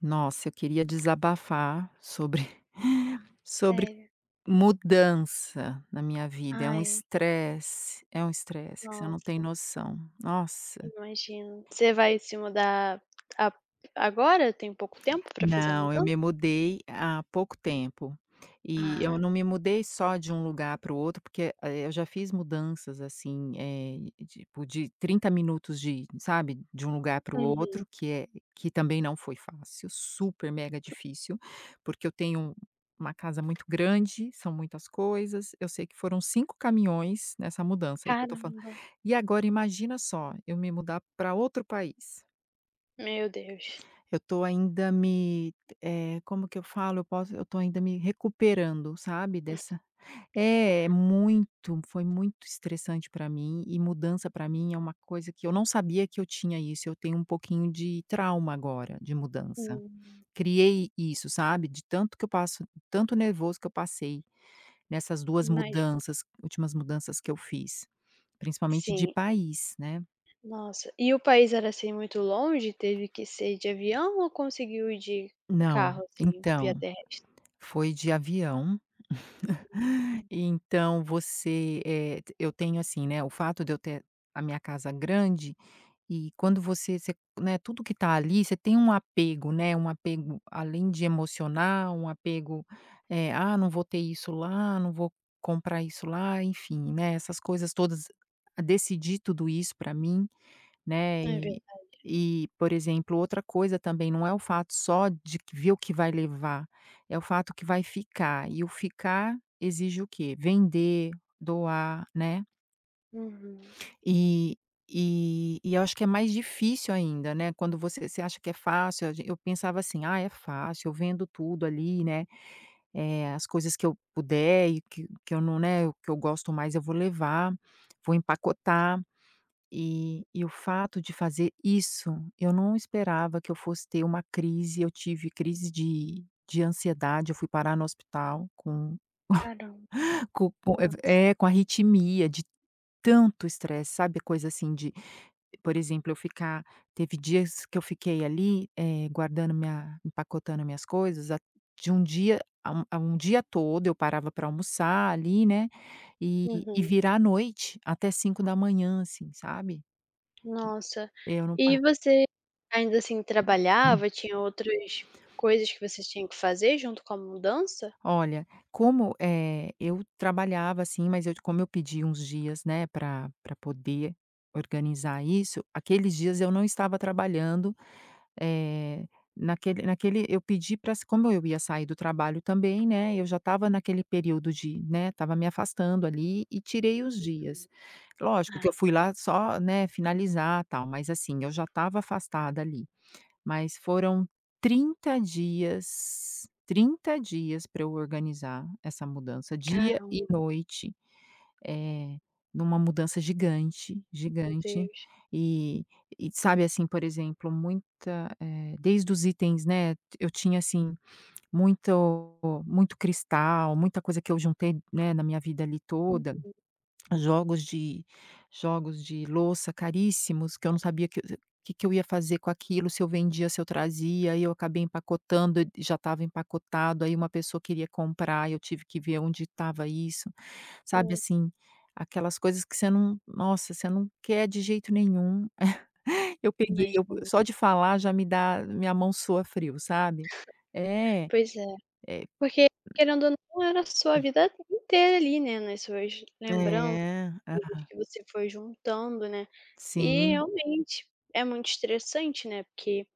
Nossa, eu queria desabafar sobre sobre Sério? mudança na minha vida. Ai, É um estresse que você não tem nossa, noção. Nossa. imagino. Você vai se mudar a agora? Tem pouco tempo pra fazer a Não, eu mudança? me mudei há pouco tempo. E eu Ah, não me mudei só de um lugar para o outro, porque, eu já fiz mudanças, assim, tipo de 30 minutos de sabe, de um lugar para o uhum. outro, que é que também não foi fácil, super mega difícil, porque eu tenho uma casa muito grande, são muitas coisas, eu sei que foram 5 caminhões nessa mudança aí que eu tô falando. Caramba, E agora imagina só, eu me mudar para outro país. meu Deus. Eu tô ainda me como que eu falo? Eu posso eu tô ainda me recuperando, sabe, dessa é, é muito, foi muito estressante pra mim e mudança pra mim é uma coisa que eu não sabia que eu tinha isso, eu tenho um pouquinho de trauma agora, de mudança. Hum, Criei isso, sabe, de tanto que eu passo tanto nervoso que eu passei nessas duas imagino. mudanças, últimas mudanças que eu fiz, principalmente de Sim, país, né. nossa. E o país era, assim, muito longe? Teve que ser de avião ou conseguiu ir de Não, carro, assim, via então, terra? foi de avião. Hum, Então você, t eu tenho assim, né, o fato de eu ter a minha casa grande e quando você, né, tudo que tá ali, você tem um apego, né, um apego além de emocional, um apego, eh: "Ah, não vou ter isso lá, não vou comprar isso lá", enfim, né, essas coisas todas. Decidir tudo isso pra mim. Né, é verdade. e, por exemplo, outra coisa também não é o fato só de que ver o que vai levar, é o fato que vai ficar, e o ficar exige o quê? Vender, doar, né. Uhum. E e eu acho que é mais difícil ainda, né, quando você acha que é fácil, a gen eu pensava assim: "Ah, é fácil, eu vendo tudo ali, né, as coisas que eu puder e que eu não, né, o que eu gosto mais eu vou levar, vou empacotar". E o fato de fazer isso, eu não esperava que eu fosse ter uma crise, eu tive crise de ansiedade, eu fui parar no hospital com Caramba, com nossa. é, com arritmia de tanto estresse, sabe, coisa assim de por exemplo, eu ficar teve dias que eu fiquei ali, guardando minha empacotando minhas coisas a de um dia a um dia todo, eu parava para almoçar ali, né, e e Uhum. virar a noite até 5 da manhã assim, sabe. Nossa. Eu não. E você ainda assim trabalhava? Tinha outras coisas que vocês tinham que fazer junto com a mudança? Olha, como, eu trabalhava, assim, mas eu como eu pedi uns dias, né, para pra poder organizar isso, aqueles dias eu não estava trabalhando, eh, naquele eu pedi para como eu ia sair do trabalho também, né, eu já estava naquele período de né, estava me afastando ali e tirei os dias. Lógico que eu Ah, fui lá só, né, finalizar, tal, mas assim, eu já estava afastada ali. Mas foram 30 dias, 30 dias para eu organizar essa mudança, dia e caramba, noite, eh, numa mudança gigante, meu gigante. Deus. E e sabe, assim, por exemplo, muita, desde os itens, né, eu tinha, assim, muito muito cristal, muita coisa que eu juntei, né, na minha vida ali toda. Jogos de jogos de louça caríssimos, que eu não sabia que que eu ia fazer com aquilo, se eu vendia, se eu trazia, aí eu acabei empacotando, e já estava empacotado, aí uma pessoa queria comprar, eu tive que ver onde estava isso, sabe, Uhum, assim, aquelas coisas que você não nossa, você não quer de jeito nenhum. Eu peguei, eu imagino. só de falar já me dá minha mão soa frio, sabe. É, Pois é, é porque querendo ou não era a sua vida inteira ali, né, nas suas lembranças, é, coisas ah, que você foi juntando, né. E sim, realmente é muito estressante, né, porque,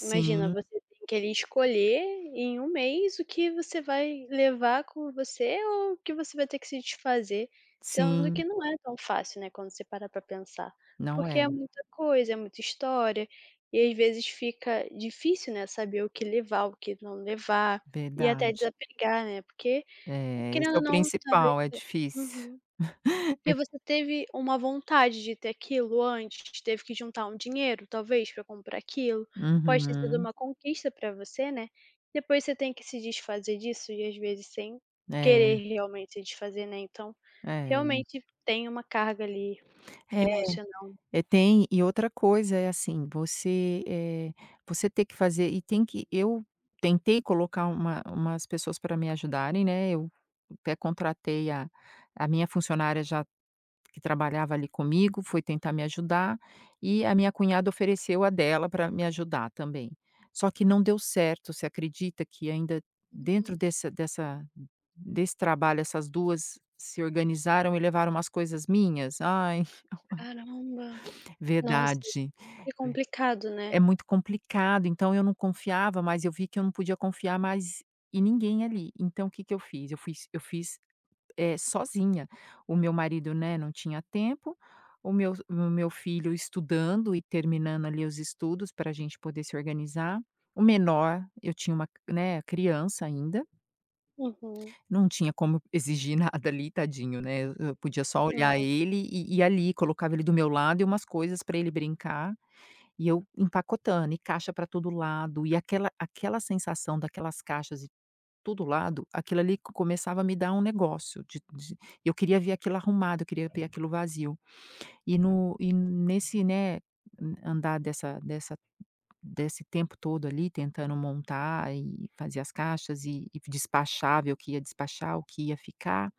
imagina, você tem que ali escolher em um mês o que você vai levar com você ou o que você vai ter que se desfazer, sendo que sim, não é tão fácil, né, quando você para pensar, não porque é, é muita coisa, é muita história, e às vezes fica difícil, né, saber o que levar, o que não levar, e até verdade. desapegar, né, porque É, esse querendo é ou o não, talvez principal, é difícil. uhum. Porque você teve uma vontade de ter aquilo antes, teve que juntar um dinheiro, talvez, para comprar aquilo. Pode ter sido Uhum. uma conquista para você, né. Depois você tem que se desfazer disso e, às vezes, sem querer É, realmente se desfazer, né. Então, é. realmente tem uma carga ali É, emocional. Tem e outra coisa é assim, você, você ter que fazer e tem que eu tentei colocar uma umas pessoas para me ajudarem, né, eu até contratei a minha funcionária já que trabalhava ali comigo, foi tentar me ajudar, e a minha cunhada ofereceu a dela para me ajudar também. Só que não deu certo, você acredita que ainda dentro Uhum. dessa dessa desse trabalho, essas 2 se organizaram e levaram umas coisas minhas? Ai, Caramba. Nossa, verdade. que complicado, né. É muito complicado, então eu não confiava, mas eu vi que eu não podia confiar mais em ninguém ali. Então o que que eu fiz? Eu fiz sozinha. O meu marido, né, não tinha tempo, o meu filho estudando e terminando ali os estudos para a gente poder se organizar. O menor, eu tinha uma, né, criança ainda, Uhum. não tinha como exigir nada ali, tadinho, né, eu podia só olhar Nossa. ele e ali, colocava ele do meu lado e umas coisas para ele brincar, e eu empacotando, e caixa para todo lado, e aquela sensação daquelas caixas todo lado, aquilo ali co começava a me dar um negócio de eu queria ver aquilo arrumado, eu queria ver aquilo vazio. E no e nesse, né, n- andar dessa desse tempo todo ali tentando montar e fazer as caixas e despachar, ver o que ia despachar, o que ia ficar,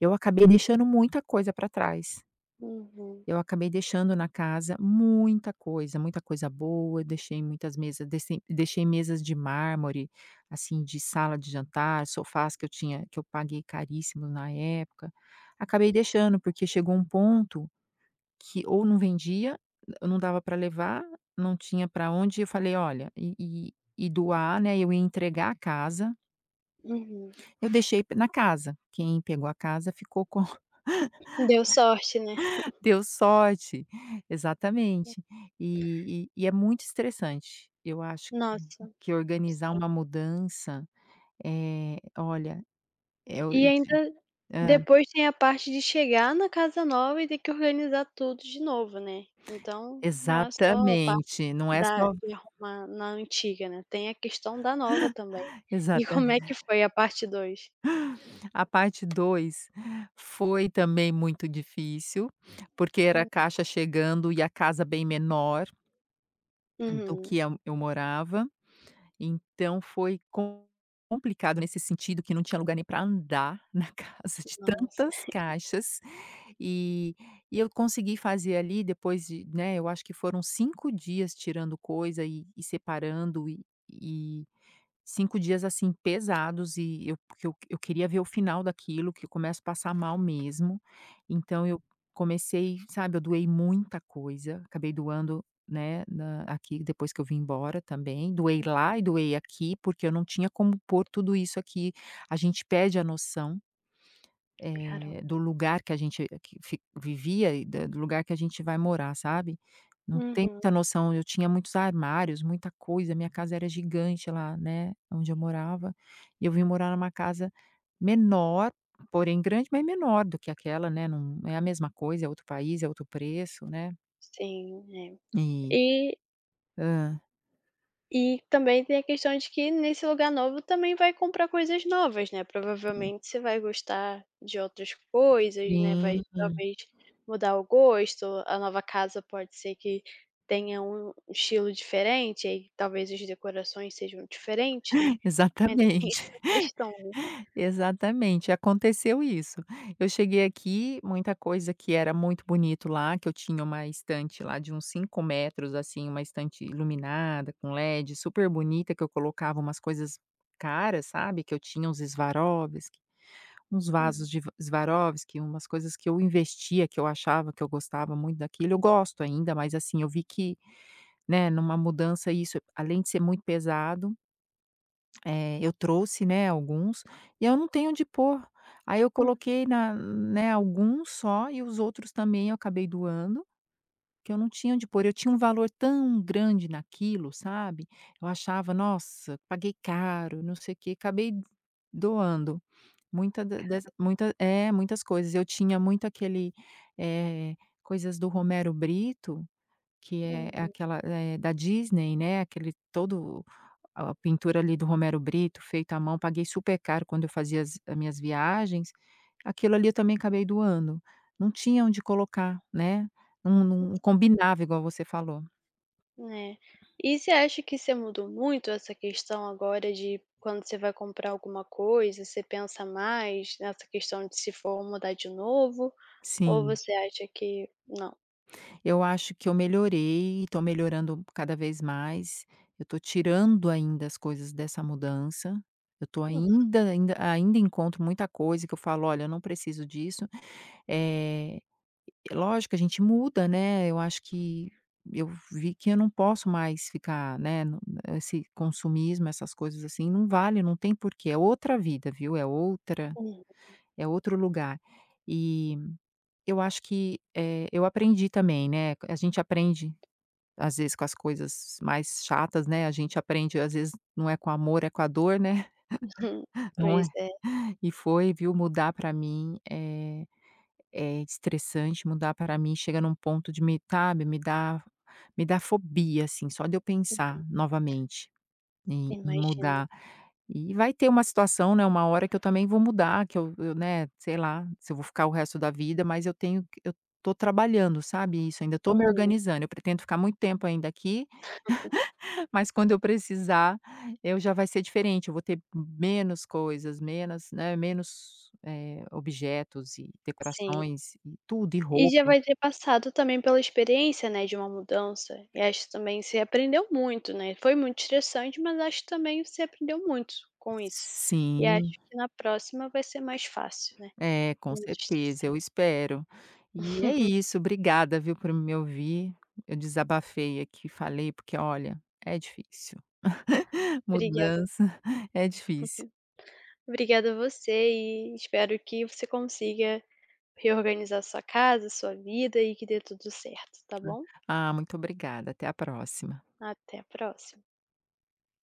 eu acabei deixando muita coisa para trás. Uhum. Eu acabei deixando na casa muita coisa boa, deixei muitas mesas, deixei mesas de mármore, assim, de sala de jantar, sofás que eu tinha que eu paguei caríssimo na época. Acabei deixando, porque chegou um ponto que ou não vendia, eu não dava para levar, não tinha para onde, eu falei: "Olha", e doar, né, eu ia entregar a casa, Uhum. eu deixei na casa, quem pegou a casa ficou com. Deu sorte, né. Deu sorte. Exatamente. E é muito estressante. Eu acho Nossa, que organizar sim. uma mudança, olha, é o E ainda hã, depois tem a parte de chegar na casa nova e ter que organizar tudo de novo, né. Então não é só a parte exatamente, não é da só de arrumar na antiga, né, tem a questão da nova também. E exata como é que foi a parte dois? a parte 2 foi também muito difícil, porque era a caixa chegando e a casa bem menor do Uhum. que eu morava. Então foi com- complicado nesse sentido que não tinha lugar nem para andar na casa de Nossa, tantas caixas, e e eu consegui fazer ali depois de, né, eu acho que foram 5 dias tirando coisa e separando e 5 dias, assim, pesados e eu porque eu queria ver o final daquilo, que eu começo a passar mal mesmo. Então eu comecei, sabe, eu doei muita coisa, acabei doando, né, na aqui depois que eu vim embora também, doei lá e doei aqui, porque eu não tinha como pôr tudo isso aqui. A gente perde a noção caramba. Do lugar que a gente que fi vivia e da do lugar que a gente vai morar, sabe. Não tem Uhum. muita noção, eu tinha muitos armários, muita coisa, minha casa era gigante lá, né, onde eu morava, e eu vim morar numa casa menor, porém grande, mas menor do que aquela, né, não é a mesma coisa, é outro país, é outro preço, né. Sim, é. E E hã. E também tem a questão de que nesse lugar novo também vai comprar coisas novas, né, provavelmente você vai gostar de outras coisas, né, Sim, vai talvez mudar o gosto, a nova casa pode ser que tenha um estilo diferente, aí talvez as decorações sejam diferentes, né, ainda tem exatamente. essa questão, né. Exatamente, aconteceu isso. Eu cheguei aqui, muita coisa que era muito bonito lá, que eu tinha uma estante lá de uns 5 metros, assim, uma estante iluminada com LED, super bonita, que eu colocava umas coisas caras, sabe, que eu tinha uns Swarovski, uns Uhum, vasos de va Swarovski, umas coisas que eu investia, que eu achava que eu gostava muito daquilo. Eu gosto ainda, mas assim, eu vi que, né, numa mudança isso, além de ser muito pesado eu trouxe, né, alguns, e eu não tenho onde pôr. Aí eu coloquei na né, alguns só e os outros também eu acabei doando, que eu não tinha onde pôr. Eu tinha um valor tão grande naquilo, sabe. Eu achava: "Nossa, paguei caro, não sei o quê", acabei doando. Muita da das muita é, muitas coisas. Eu tinha muito aquele, eh, coisas do Romero Brito que é é uhum. aquela, da Disney, né, aquele todo a pintura ali do Romero Brito, feito à mão, paguei super caro quando eu fazia as minhas viagens. Aquilo ali eu também acabei doando. Não tinha onde colocar, né, não não combinava igual você falou. Né. E você acha que você mudou muito essa questão agora de quando você vai comprar alguma coisa, você pensa mais nessa questão de se for mudar de novo, ou Sim, você acha que não? eu acho que eu melhorei, estou melhorando cada vez mais, eu estou tirando ainda as coisas dessa mudança, eu estou ainda encontro muita coisa que eu falo: "Olha, eu não preciso disso". Eh. Lógico, a gente muda, né, eu acho que eu vi que eu não posso mais ficar, né, no esse consumismo, essas coisas assim, não vale, não tem porquê, é outra vida, viu, é outra Uhum. é outro lugar. E eu acho que, eu aprendi também, né, a gente aprende, às vezes, com as coisas mais chatas, né, a gente aprende, às vezes, não é com amor, é com a dor, né, não é. Pois é, E foi, viu, mudar para mim, eh é estressante mudar para mim, chega num ponto de me, sabe, me dá fobia, assim, só de eu uhum, pensar novamente em em imagino. mudar. E vai ter uma situação, né, uma hora que eu também vou mudar, que eu, né, sei lá, se eu vou ficar o resto da vida, mas eu tenho que eu tô trabalhando, sabe, isso, ainda tô me Uhum, organizando, eu pretendo ficar muito tempo ainda aqui, mas quando eu precisar, eu já vai ser diferente, eu vou ter menos coisas, menos, né, menos, objetos e sim. decorações e tudo, e E já roupas. vai ter passado também pela experiência, né, de uma mudança, e acho também que você aprendeu muito, né, foi muito estressante, mas acho que também você aprendeu muito com isso. E acho Sim, que na próxima vai ser mais fácil, né. é, com Menos certeza, eu estressante. espero. E é isso, obrigada, viu, por me ouvir. Eu desabafei aqui, falei, porque olha, é difícil. Obrigada. Mudança é difícil. Obrigada a você e espero que você consiga reorganizar sua casa, sua vida e que dê tudo certo, tá bom? Ah, muito obrigada, até a próxima. Até a próxima.